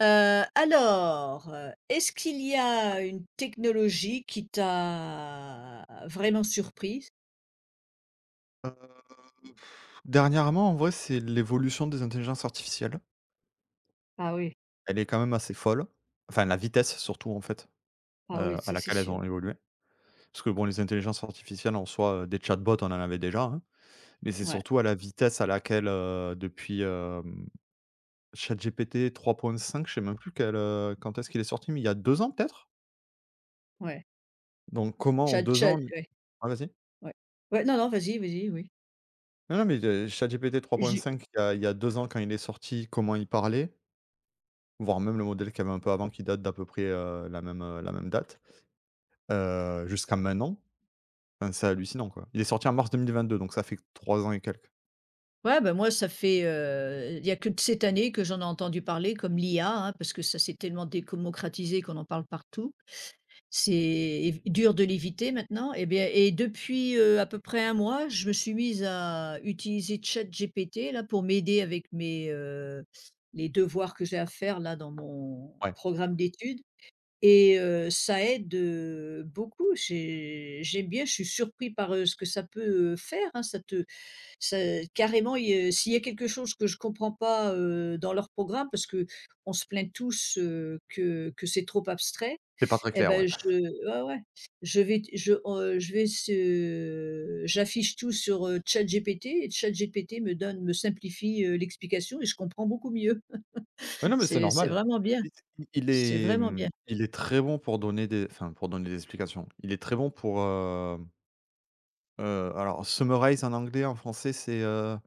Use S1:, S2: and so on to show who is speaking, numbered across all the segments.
S1: Alors, est-ce qu'il y a une technologie qui t'a vraiment surprise?
S2: Heu, Dernièrement, en vrai, c'est l'évolution des intelligences artificielles.
S1: Ah oui,
S2: Elle est quand même assez folle. Enfin, la vitesse surtout, en fait,
S1: ah oui,
S2: à
S1: ça c'est
S2: laquelle elles
S1: sûr.
S2: ont évolué. Parce que bon, les intelligences artificielles en soi, des chatbots, on en avait déjà, hein. Mais c'est
S1: Ouais,
S2: surtout à la vitesse à laquelle, depuis, ChatGPT 3.5, je sais même plus quel, quand est-ce qu'il est sorti, mais il y a 2 ans peut-être?
S1: ouais.
S2: Donc comment en
S1: Tchad
S2: 2 ans
S1: tchad
S2: l
S1: ouais,
S2: ouais, vas-y.
S1: ouais. Ouais, non, non, vas-y, vas-y, oui.
S2: Non, non, mais de ChatGPT
S1: J'ai
S2: 3.5 il y a 2 ans quand il est sorti, comment il parlait, voire même le modèle qu'il y avait un peu avant qui date d'à peu près, la même date, jusqu'à maintenant, enfin, c'est hallucinant, quoi. Il est sorti en mars 2022, donc ça fait 3 ans et quelques.
S1: Ouais, ben moi ça fait, il y a que de cette année que j'en ai entendu parler comme l'IA, hein, parce que ça s'est tellement décomocratisé qu'on en parle partout. C'est dur de l'éviter maintenant et bien et depuis, à peu près un mois, je me suis mise à utiliser ChatGPT là pour m'aider avec les devoirs que j'ai à faire là dans mon
S2: Ouais,
S1: programme d'études et ça aide, beaucoup. J'aime bien, je suis surpris par, ce que ça peut, faire, hein. Ça carrément il y a s'il y a quelque chose que je comprends pas, dans leur programme parce que on se plaint tous, que c'est trop abstrait
S2: c'est pas très
S1: et
S2: clair, ouais.
S1: ben je ouais, ouais, je vais se j'affiche tout sur, ChatGPT et ChatGPT me simplifie, l'explication et je comprends beaucoup mieux.
S2: Ouais, non, mais c'est
S1: C'est
S2: normal.
S1: vraiment bien,
S2: Il il
S1: c'est
S2: est,
S1: vraiment bien.
S2: il est très bon pour donner des enfin, pour donner des explications. Il est très bon pour, alors summarize en anglais, en français, c'est,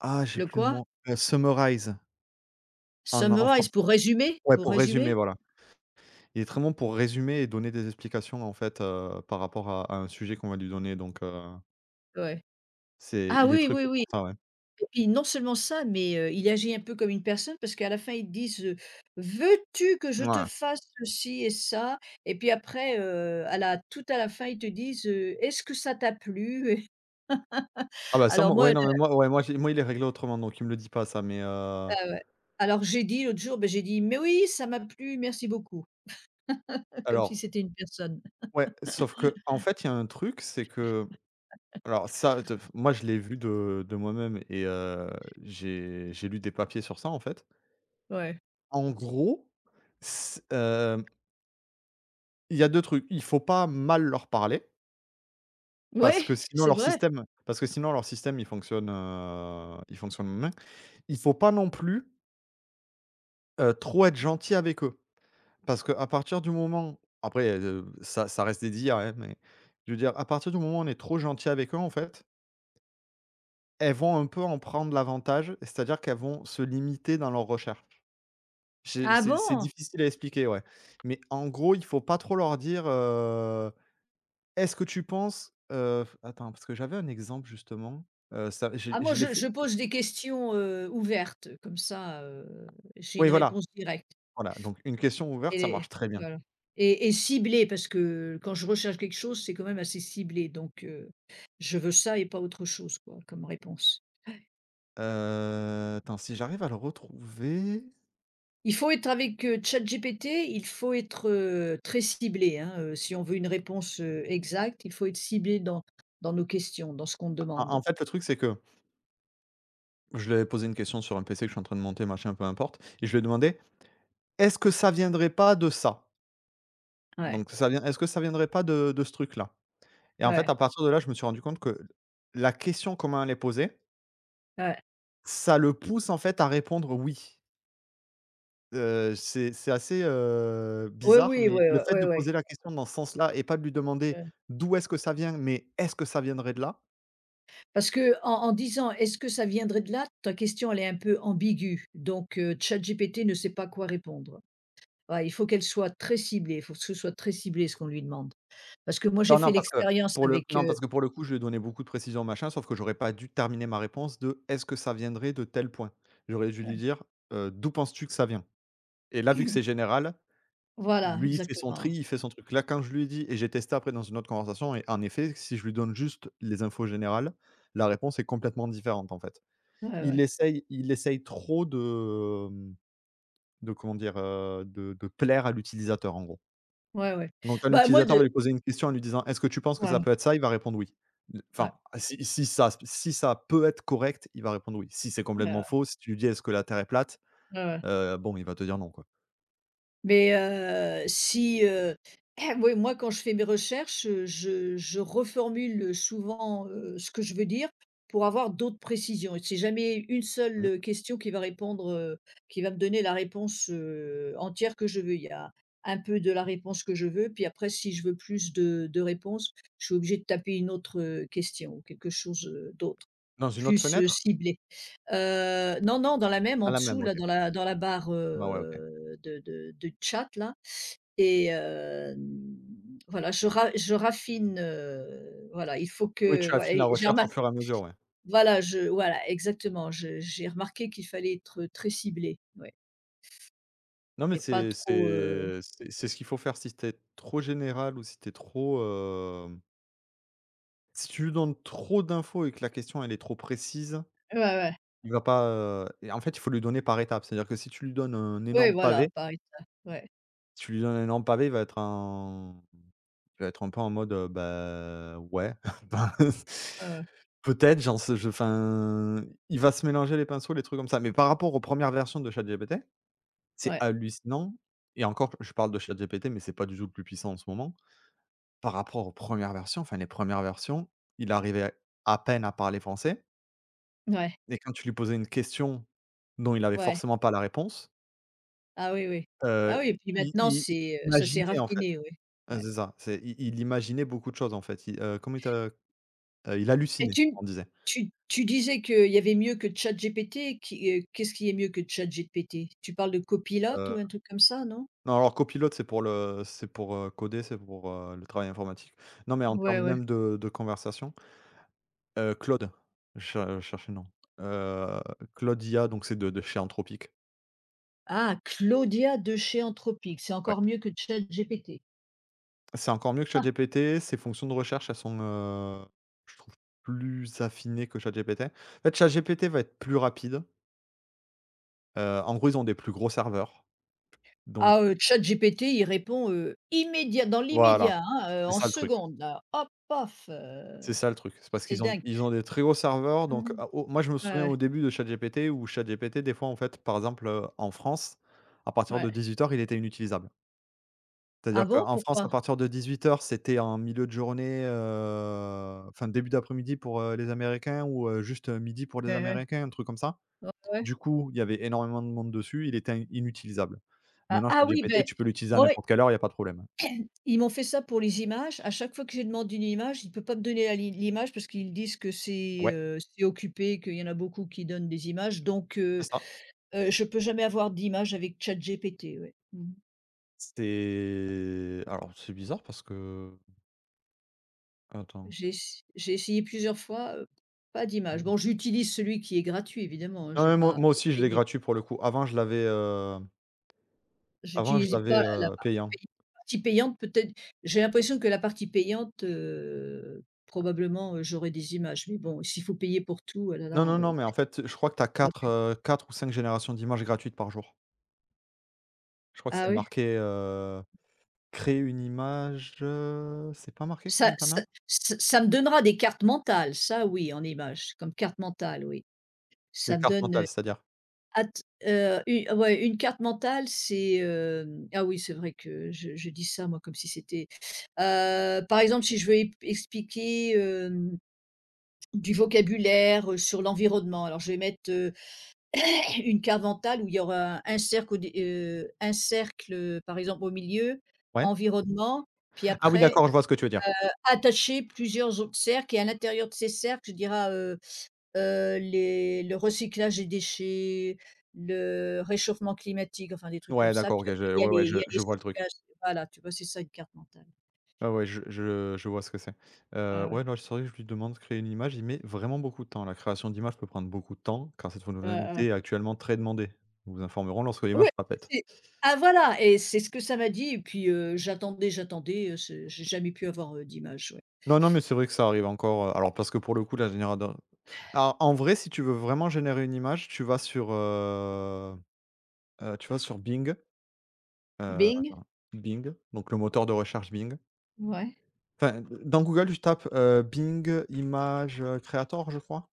S2: ah, j'ai
S1: Le
S2: plus le
S1: quoi?
S2: mot, summarize. En
S1: Summarize
S2: français.
S1: pour résumer?
S2: Ouais,
S1: Pour
S2: pour résumer,
S1: résumer?
S2: voilà. Il est très bon pour résumer et donner des explications, en fait, par rapport à un sujet qu'on va lui donner, donc
S1: Ouais.
S2: c'est
S1: Ah
S2: il est
S1: oui,
S2: très
S1: oui,
S2: cool
S1: oui,
S2: pour ça, ouais.
S1: et puis non seulement ça, mais, il agit un peu comme une personne parce qu'à la fin, ils te disent, «Veux-tu que je te
S2: Ouais.
S1: fasse ceci et ça?» Et puis après, à la tout à la fin, ils te disent, «Est-ce que ça t'a plu?»
S2: Ah bah ça,
S1: Alors
S2: moi
S1: moi,
S2: ouais, non, mais moi ouais, moi il est réglé autrement, donc il me le dit pas ça, mais
S1: ah ouais. Alors j'ai dit l'autre jour, beh, j'ai dit: «Mais oui, ça m'a plu, merci beaucoup», comme si
S2: alors
S1: c'était une personne.
S2: ouais, sauf qu'en fait, il y a un truc, c'est que alors ça, de f moi, je l'ai vu de moi-même et j'ai lu des papiers sur ça, en fait.
S1: Ouais.
S2: En gros, c hem, il y a 2 trucs. Il faut pas mal leur parler. Parce
S1: Ouais,
S2: que sinon
S1: c'est
S2: leur
S1: vrai.
S2: système parce que sinon leur système il fonctionne mal. Il faut pas non plus, trop être gentil avec eux. Parce que à partir du moment après, ça reste des dires, hein, mais je veux dire à partir du moment où on est trop gentil avec eux en fait, elles vont un peu en prendre l'avantage, c'est-à-dire qu'elles vont se limiter dans leurs recherches. J'ai
S1: Ah
S2: c'est
S1: bon?
S2: difficile à expliquer, ouais. Mais en gros, il faut pas trop leur dire, «Est-ce que tu penses», attends, parce que j'avais un exemple justement, ça je
S1: Ah moi
S2: je l'ai
S1: je
S2: fait.
S1: je pose des questions, ouvertes, comme ça, j'ai
S2: Oui,
S1: une
S2: voilà.
S1: réponse directe
S2: Voilà, donc une question ouverte, ça
S1: et
S2: marche très bien.
S1: voilà, et ciblée parce que quand je recherche quelque chose, c'est quand même assez ciblé donc je veux ça et pas autre chose quoi, comme réponse. Ouais.
S2: Attends, si j'arrive à le retrouver.
S1: Il faut être avec, ChatGPT, il faut être, très ciblé, hein, si on veut une réponse, exacte, il faut être ciblé dans nos questions, dans ce qu'on
S2: En
S1: demande.
S2: fait, le truc, c'est que je lui avais posé une question sur un PC que je suis en train de monter, machin, peu importe, et je lui ai demandé: «Est-ce que ça viendrait pas de ça?
S1: Ouais,
S2: Donc ça vient est-ce que ça viendrait pas de ce truc-là?» Et en
S1: ouais,
S2: fait, à partir de là, je me suis rendu compte que la question, comment elle est posée,
S1: ouais.
S2: ça le pousse, en fait, à répondre oui. C'est assez,
S1: Oui,
S2: bizarre,
S1: oui,
S2: mais
S1: oui,
S2: le fait de
S1: oui, oui.
S2: poser la question dans ce sens-là et pas de lui demander: «D'où est-ce que ça vient?», mais: «Est-ce que ça viendrait de là?»
S1: Parce que en disant: «Est-ce que ça viendrait de là?», ta question elle est un peu ambiguë, donc ChatGPT ne sait pas quoi répondre. Ouais, il faut qu'elle soit très ciblée, il faut que ce soit très ciblé ce qu'on lui demande. Parce que moi j'ai
S2: Non, non,
S1: fait
S2: parce que
S1: l'expérience
S2: pour le
S1: avec,
S2: non, parce que pour le coup, je lui ai donné beaucoup de précisions, machin, sauf que j'aurais pas dû terminer ma réponse de: «Est-ce que ça viendrait de tel point?» J'aurais dû lui
S1: ouais,
S2: dire: D'où penses-tu que ça vient?» Et là, vu que c'est général.
S1: voilà
S2: Lui, il fait son tri,
S1: exactement.
S2: il fait son truc. Là, quand je lui ai dit et j'ai testé après dans une autre conversation, et en effet, si je lui donne juste les infos générales, la réponse est complètement différente, en fait.
S1: Ouais,
S2: Il
S1: ouais,
S2: essaye il essaye trop de, mmh, de comment dire? De plaire à l'utilisateur, en gros.
S1: ouais, ouais.
S2: Donc quand
S1: Bah, moi
S2: l'utilisateur va
S1: de
S2: lui poser une question en lui disant: «Est-ce que tu penses que ça
S1: ouais,
S2: peut être ça?», il va répondre: «Oui». L
S1: ouais.
S2: enfin, si si ça si ça peut être correct, il va répondre: «Oui». Si c'est
S1: Ouais,
S2: complètement
S1: ouais.
S2: faux, si tu lui dis: «Est-ce que la terre est plate?»,
S1: Ouais, ouais.
S2: bon, il va te dire: «Non», quoi.
S1: Mais si, oui, moi, quand je fais mes recherches, je reformule, souvent, ce que je veux dire pour avoir d'autres précisions, et c'est jamais une seule,
S2: Mmh.
S1: question qui va répondre, qui va me donner la réponse, entière que je veux. Il y a un peu de la réponse que je veux, puis après si je veux plus de réponses, je suis obligée de taper une autre, question ou quelque chose, d'autre,
S2: Dans une autre
S1: plus,
S2: fenêtre?
S1: ciblé. Non, non, dans la même,
S2: Pas
S1: en
S2: la même,
S1: dessous là,
S2: OK.
S1: dans la barre,
S2: Ouais, ouais, OK.
S1: de chat là, et voilà, je raffine, voilà, il faut
S2: Oui,
S1: que
S2: tu
S1: ouais,
S2: affines la
S1: et j'ai
S2: recherche
S1: remar
S2: au fur et à mesure, ouais.
S1: voilà, je voilà, exactement, je j'ai remarqué qu'il fallait être très ciblé, ouais,
S2: Non, mais
S1: et pas
S2: c'est
S1: trop,
S2: c'est c'est c'est ce qu'il faut faire si tu es trop général ou si tu es trop, hem, si tu lui donnes trop d'infos et que la question elle est trop précise,
S1: ouais, ouais,
S2: il va pas, et en fait, il faut lui donner par étapes. C'est-à-dire que si tu lui donnes un
S1: oui,
S2: énorme
S1: voilà,
S2: pavé,
S1: par étapes, ouais,
S2: si tu lui donnes un énorme pavé, il va être en je vais être un peu en mode, bah, ouais, ben,
S1: ouais, ouais,
S2: peut-être, j'en sais je enfin, il va se mélanger les pinceaux, les trucs comme ça. Mais par rapport aux premières versions de ChatGPT, c'est
S1: ouais,
S2: hallucinant. Et encore, je parle de ChatGPT, mais c'est pas du tout le plus puissant en ce moment. Par rapport aux premières versions, enfin, les premières versions, il arrivait à peine à parler français.
S1: ouais,
S2: Et quand tu lui posais une question dont il avait
S1: ouais.
S2: forcément pas la réponse,
S1: Ah oui, oui.
S2: heu,
S1: Ah oui, et puis
S2: i
S1: maintenant
S2: i i
S1: ça s'est
S2: imaginait, en fait.
S1: raffiné, oui. Ouais.
S2: C'est ça, c'est i il imaginait beaucoup de choses, en fait. Il, comment il t'a Il
S1: Et
S2: hallucinait,
S1: tu
S2: on disait.
S1: tu tu disais qu'il y avait mieux que ChatGPT qu'est-ce qui est mieux que ChatGPT? Tu parles de Copilot ou
S2: Heu,
S1: un truc comme ça, non?
S2: non, alors copilote, c'est pour, coder, c'est pour, le travail informatique. Non, mais en
S1: Ouais,
S2: termes
S1: ouais.
S2: même de conversation, Claude, je cherchais le nom. Heu, Claude IA, donc c'est de chez Anthropic.
S1: Ah, Claudia de chez Anthropic, c'est
S2: Ouais.
S1: encore mieux que ChatGPT.
S2: C'est encore mieux que ChatGPT, ses fonctions de recherche, elles sont, je trouve, plus affinées que ChatGPT. En fait, ChatGPT va être plus rapide. En gros, ils ont des plus gros serveurs, donc
S1: Ah, ChatGPT, il répond, immédiat dans
S2: voilà,
S1: l'immédiat, hein,
S2: c'est
S1: en
S2: ça le truc.
S1: seconde là, hop, paf,
S2: C'est ça le truc. C'est parce
S1: c'est
S2: qu'ils ont
S1: dingue.
S2: ils ont des très gros serveurs. Donc
S1: Mmh.
S2: ah, au moi je me souviens
S1: Ouais,
S2: au début de ChatGPT où ChatGPT des fois en fait par exemple, en France, à partir
S1: ouais.
S2: de 18h il était inutilisable. C'est-à-dire
S1: Ah bon?
S2: qu'en France
S1: Pourquoi?
S2: à partir de 18h c'était en milieu de journée, enfin début d'après-midi pour, les Américains, ou, juste, 12h00 pour les
S1: Ouais, ouais.
S2: Américains, un truc comme ça.
S1: Ouais, ouais.
S2: Du coup, il y avait énormément de monde dessus, il était in inutilisable.
S1: Ah,
S2: Maintenant
S1: ah oui,
S2: ChatGPT
S1: ben
S2: tu peux l'utiliser à
S1: moi,
S2: n'importe quelle heure, il y a pas de problème.
S1: ils m'ont fait ça pour les images. À chaque fois que j'ai demandé une image, ils ne peuvent pas me donner la li l'image parce qu'ils disent que
S2: Ouais,
S1: c'est occupé, qu'il y en a beaucoup qui donnent des images donc
S2: c'est ça.
S1: je ne peux jamais avoir d'image avec ChatGPT, ouais. Mmh.
S2: C'est Alors c'est bizarre parce que attends.
S1: J'ai essayé plusieurs fois, pas d'image.
S2: Mmh.
S1: Bon, j'utilise celui qui est gratuit évidemment, hein,
S2: Non,
S1: je n'ai
S2: mais moi
S1: pas
S2: moi aussi, je l'ai
S1: payé.
S2: gratuit pour le coup. Avant, je
S1: J'utilisais
S2: l'avais,
S1: pas la
S2: payant.
S1: partie payante peut-être, j'ai l'impression que la partie payante, probablement, j'aurais des images, mais bon, s'il faut payer pour tout, ah là là,
S2: Non, non, non, mais en fait, je crois que tu as
S1: on a
S2: 4
S1: plus
S2: 4 ou 5 générations d'images gratuites par jour. Je crois que c'est
S1: ah oui?
S2: marqué, «Créer une image», c'est pas marqué combien
S1: Ça
S2: tu en as?
S1: ça ça me donnera des cartes mentales, ça oui, en images, comme carte mentale, oui.
S2: Des
S1: Ça me
S2: cartes
S1: donne,
S2: mentales, c'est-à-dire?
S1: at u ah ouais, une carte mentale, c'est, hem ah oui, c'est vrai que je dis ça, moi, comme si c'était par exemple, si je veux ép expliquer, du vocabulaire, sur l'environnement, alors je vais mettre, une carte mentale où il y aura un cercle au dé un cercle, par exemple, au milieu,
S2: Ouais?
S1: environnement, puis
S2: Ah oui,
S1: après
S2: d'accord, je vois ce que tu veux dire.
S1: attacher plusieurs autres cercles, et à l'intérieur de ces cercles, je dirais les le recyclage des déchets, le réchauffement climatique, enfin des trucs comme
S2: Ouais,
S1: ça.
S2: d'accord,
S1: Puis
S2: OK,
S1: après,
S2: je ouais, ouais,
S1: il
S2: je
S1: y a les
S2: je vois le truc.
S1: stockages, voilà, tu vois? C'est ça une carte mentale.
S2: Ah ouais, je vois ce que c'est.
S1: Ouais, ouais.
S2: Ouais, non, c'est vrai que je lui demande de créer une image, il met vraiment beaucoup de temps. La création d'images peut prendre beaucoup de temps, car cette
S1: Ouais, ouais.
S2: fonctionnalité est actuellement très demandée. Nous vous informerons lorsque l'image
S1: Ouais,
S2: sera prête.
S1: c'est ah voilà, et c'est ce que ça m'a dit, et puis, j'attendais, ce j'ai jamais pu avoir, d'image, ouais.
S2: Non, non, mais c'est vrai que ça arrive encore, alors parce que pour le coup, la générateur alors en vrai, si tu veux vraiment générer une image, tu vas sur Bing, heu,
S1: Bing,
S2: attends, Bing, donc le moteur de recherche Bing.
S1: ouais.
S2: Enfin, dans Google, tu tapes, Bing Image Creator, je crois?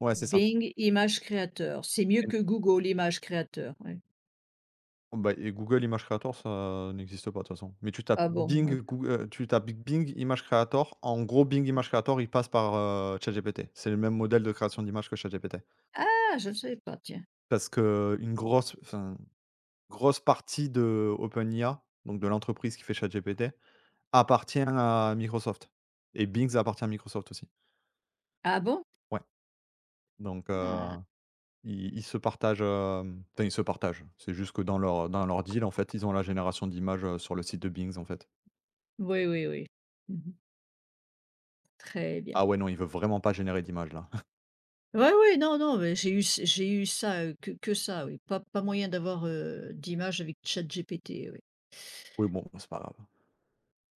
S2: Ouais, c'est ça.
S1: Bing image créateur. C'est mieux que Google image créateur, ouais.
S2: Bah et Google Image Creator, ça n'existe pas de toute façon. Mais tu tapes
S1: Ah bon? Ouais.
S2: Bing Image Creator. En gros, Bing Image Creator, il passe par, ChatGPT. C'est le même modèle de création d'image que ChatGPT.
S1: Ah, je ne savais pas, tiens.
S2: Parce que une grosse partie de OpenIA, donc de l'entreprise qui fait ChatGPT, appartient à Microsoft. Et Bing, ça appartient à Microsoft aussi.
S1: Ah bon?
S2: Ouais, donc
S1: Ah,
S2: ils se partagent, enfin ils se partagent. C'est juste que dans leur deal, en fait, ils ont la génération d'images, sur le site de Bing, en fait.
S1: oui, oui, oui. Mmh. Très bien.
S2: Ah ouais, non, il veut vraiment pas générer d'images là.
S1: Oui, oui, non, non, mais j'ai eu c j'ai eu ça, que ça, oui. Pas moyen d'avoir, d'images avec ChatGPT, oui.
S2: Oui, bon, c'est pas grave.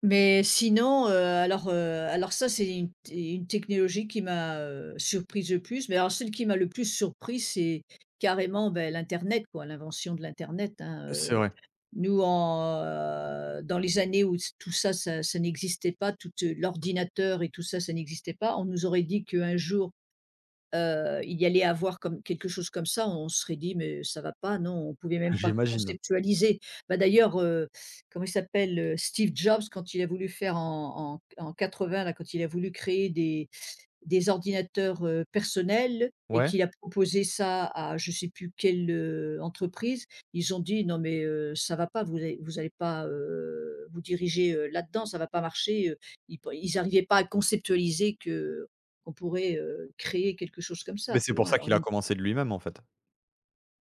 S1: Mais sinon, alors ça, c'est une technologie qui m'a, surprise le plus. Mais alors celle qui m'a le plus surprise, c'est carrément, beh, l'internet, quoi, l'invention de l'internet, hein,
S2: C'est
S1: heu.
S2: vrai,
S1: Dans les années où s tout ça, ça n'existait pas, toute l'ordinateur et tout ça, ça n'existait pas, on nous aurait dit qu'un jour il y allait avoir comme quelque chose comme ça, on se serait dit: «Mais ça va pas», non, on pouvait même pas
S2: j'imagine.
S1: conceptualiser. Bah, d'ailleurs, comment il s'appelle, Steve Jobs, quand il a voulu faire en en en vingts là, quand il a voulu créer des ordinateurs, personnels et
S2: Ouais,
S1: qu'il a proposé ça à je sais plus quelle, entreprise. Ils ont dit: «Non mais, ça va pas, vous allez pas, vous diriger, là-dedans, ça va pas marcher», ils arrivaient pas à conceptualiser que qu'on pourrait, créer quelque chose comme
S2: mais
S1: ça,
S2: c'est
S1: tu
S2: pour
S1: vois?
S2: ça
S1: Alors
S2: qu'il a
S1: ils
S2: commencé de lui-même, en fait.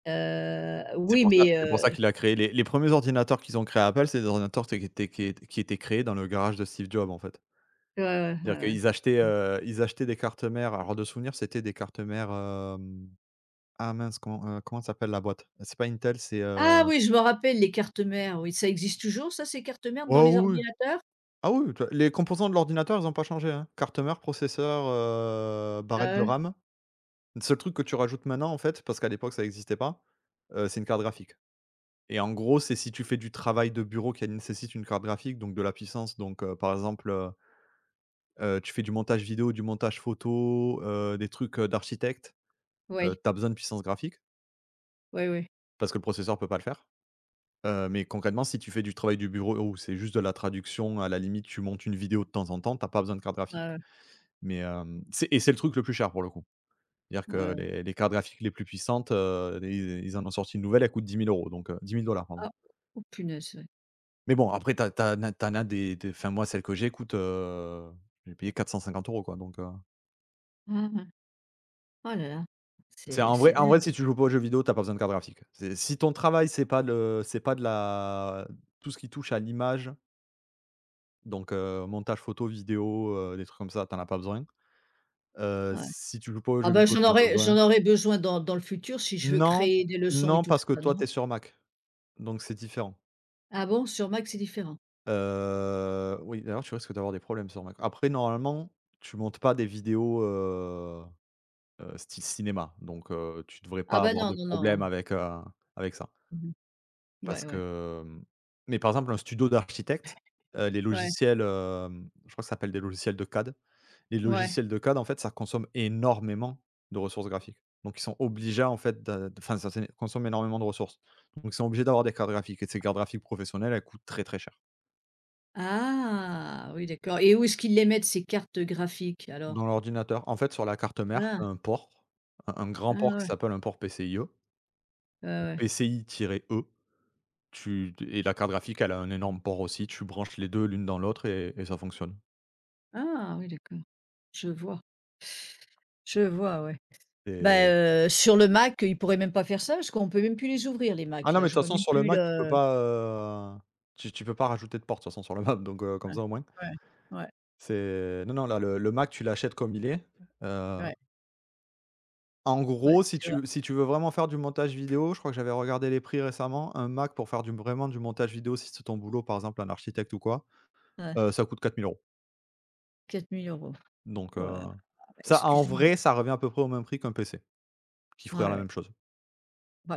S2: C'est
S1: Oui
S2: pour ça
S1: mais,
S2: c'est pour ça qu'il a créé les 1 ordinateurs qu'ils ont créés à Apple, c'est des ordinateurs qui étaient créés dans le garage de Steve Jobs, en fait.
S1: ouais, ouais, ouais,
S2: C'est-à-dire
S1: ouais.
S2: qu'ils achetaient, ils achetaient des cartes mères, alors de souvenir, c'était des cartes mères, ah mince, comment, comment s'appelle la boîte? C'est pas Intel,
S1: Ah oui, je me rappelle les cartes mères, oui, ça existe toujours ça, ces cartes mères dans
S2: oh
S1: les
S2: oui, oui.
S1: ordinateurs?
S2: Ah oui, tu vois? Les composants de l'ordinateur, ils ont pas changé, hein. Carte mère, processeur, barrette de
S1: Ah ouais,
S2: RAM. Le seul truc que tu rajoutes maintenant, en fait, parce qu'à l'époque ça n'existait pas, c'est une carte graphique. Et en gros, c'est si tu fais du travail de bureau qui nécessite une carte graphique, donc de la puissance, donc par exemple, tu fais du montage vidéo, du montage photo, des trucs, d'architecte,
S1: ouais,
S2: tu as besoin de puissance graphique
S1: ouais, ouais, ouais,
S2: parce que le processeur peut pas le faire. Mais concrètement, si tu fais du travail du bureau ou c'est juste de la traduction, à la limite, tu montes une vidéo de temps en temps, t'as pas besoin de carte graphique.
S1: ouais,
S2: Mais c'est le truc le plus cher pour le coup. C'est-à-dire que
S1: ouais, ouais.
S2: les cartes graphiques les plus puissantes, ils en ont sorti une nouvelle, elle coûte dix mille euros, donc 10 000 dollars, pardon.
S1: Ah, oh punaise!
S2: Mais bon, après t'as t'as tu en as des enfin moi, celle que j'ai coûte, j'ai payé 450 € quoi,
S1: Ah ouais. Oh là là,
S2: c'est
S1: c'est c'est
S2: en vrai,
S1: dingue,
S2: si tu joues pas aux jeux vidéo, t'as pas besoin de carte graphique. C'est si ton travail, c'est pas de la tout ce qui touche à l'image, donc montage photo, vidéo, des trucs comme ça, t'en as pas besoin. Heu,
S1: ouais.
S2: si tu joues pas aux
S1: Ah
S2: jeux
S1: bah,
S2: vidéo, t'en as pas besoin.
S1: j'en aurais besoin dans le futur si je veux
S2: Non,
S1: créer des leçons et
S2: non,
S1: tout
S2: parce que
S1: ça,
S2: toi,
S1: non?
S2: t'es sur Mac, donc c'est différent.
S1: Ah bon? Sur Mac, c'est différent?
S2: Oui, d'ailleurs, tu risques d'avoir des problèmes sur Mac. Après, normalement, tu montes pas des vidéos, style cinéma, donc tu devrais
S1: Ah
S2: pas
S1: bah,
S2: avoir
S1: non,
S2: de
S1: non, non,
S2: problème
S1: hein.
S2: avec, avec ça.
S1: Mmh.
S2: Parce
S1: Ouais, ouais.
S2: que, mmh, mais par exemple, un studio d'architecte, les
S1: Ouais,
S2: logiciels, je crois que ça s'appelle des logiciels de CAD. Les
S1: ouais.
S2: logiciels de CAD, en fait, ça consomme énormément de ressources graphiques. Donc ils sont obligés, en fait, ça consomme énormément de ressources. Donc ils sont obligés d'avoir des cartes graphiques et ces cartes graphiques professionnelles, elles coûtent très, très cher.
S1: Ah! Oui, d'accord, et où est-ce qu'ils les mettent ces cartes graphiques alors?
S2: Dans l'ordinateur. En fait, sur la carte mère, tu
S1: Ah!
S2: un port, un
S1: Ah
S2: grand port qui
S1: ouais,
S2: s'appelle un port PCIe,
S1: ouais,
S2: donc
S1: ouais.
S2: PCI-E. Tu et La carte graphique, elle a un énorme port aussi. Tu branches les 2, l'une dans l'autre et ça fonctionne.
S1: Ah oui, d'accord, je vois, je vois, ouais. Bah,
S2: Et
S1: sur le Mac, ils pourraient même pas faire ça parce qu'on peut même plus les ouvrir les
S2: ah
S1: Macs
S2: non,
S1: là,
S2: mais de
S1: je
S2: toute
S1: vois
S2: façon,
S1: même
S2: sur le
S1: plus
S2: Mac, tu peux
S1: le
S2: pas, heu, tu peux pas rajouter de port de toute façon sur le Mac, donc comme
S1: ouais,
S2: ça, au moins,
S1: ouais, ouais,
S2: c'est non, non, là, le Mac, tu l'achètes comme il est. Heu,
S1: ouais,
S2: en
S1: ouais,
S2: gros, si
S1: c'est vrai,
S2: tu veux vraiment faire du montage vidéo, je crois que j'avais regardé les prix récemment, un Mac pour faire du montage vidéo, si c'est ton boulot, par exemple, un architecte ou quoi.
S1: ouais.
S2: Ça coûte 4000 euros.
S1: 4 000 €.
S2: Donc heu,
S1: Waouh,
S2: ça en
S1: excuse-moi.
S2: vrai, ça revient à peu près au même prix qu'un PC qui
S1: Ouais,
S2: ferait la
S1: ouais.
S2: même chose.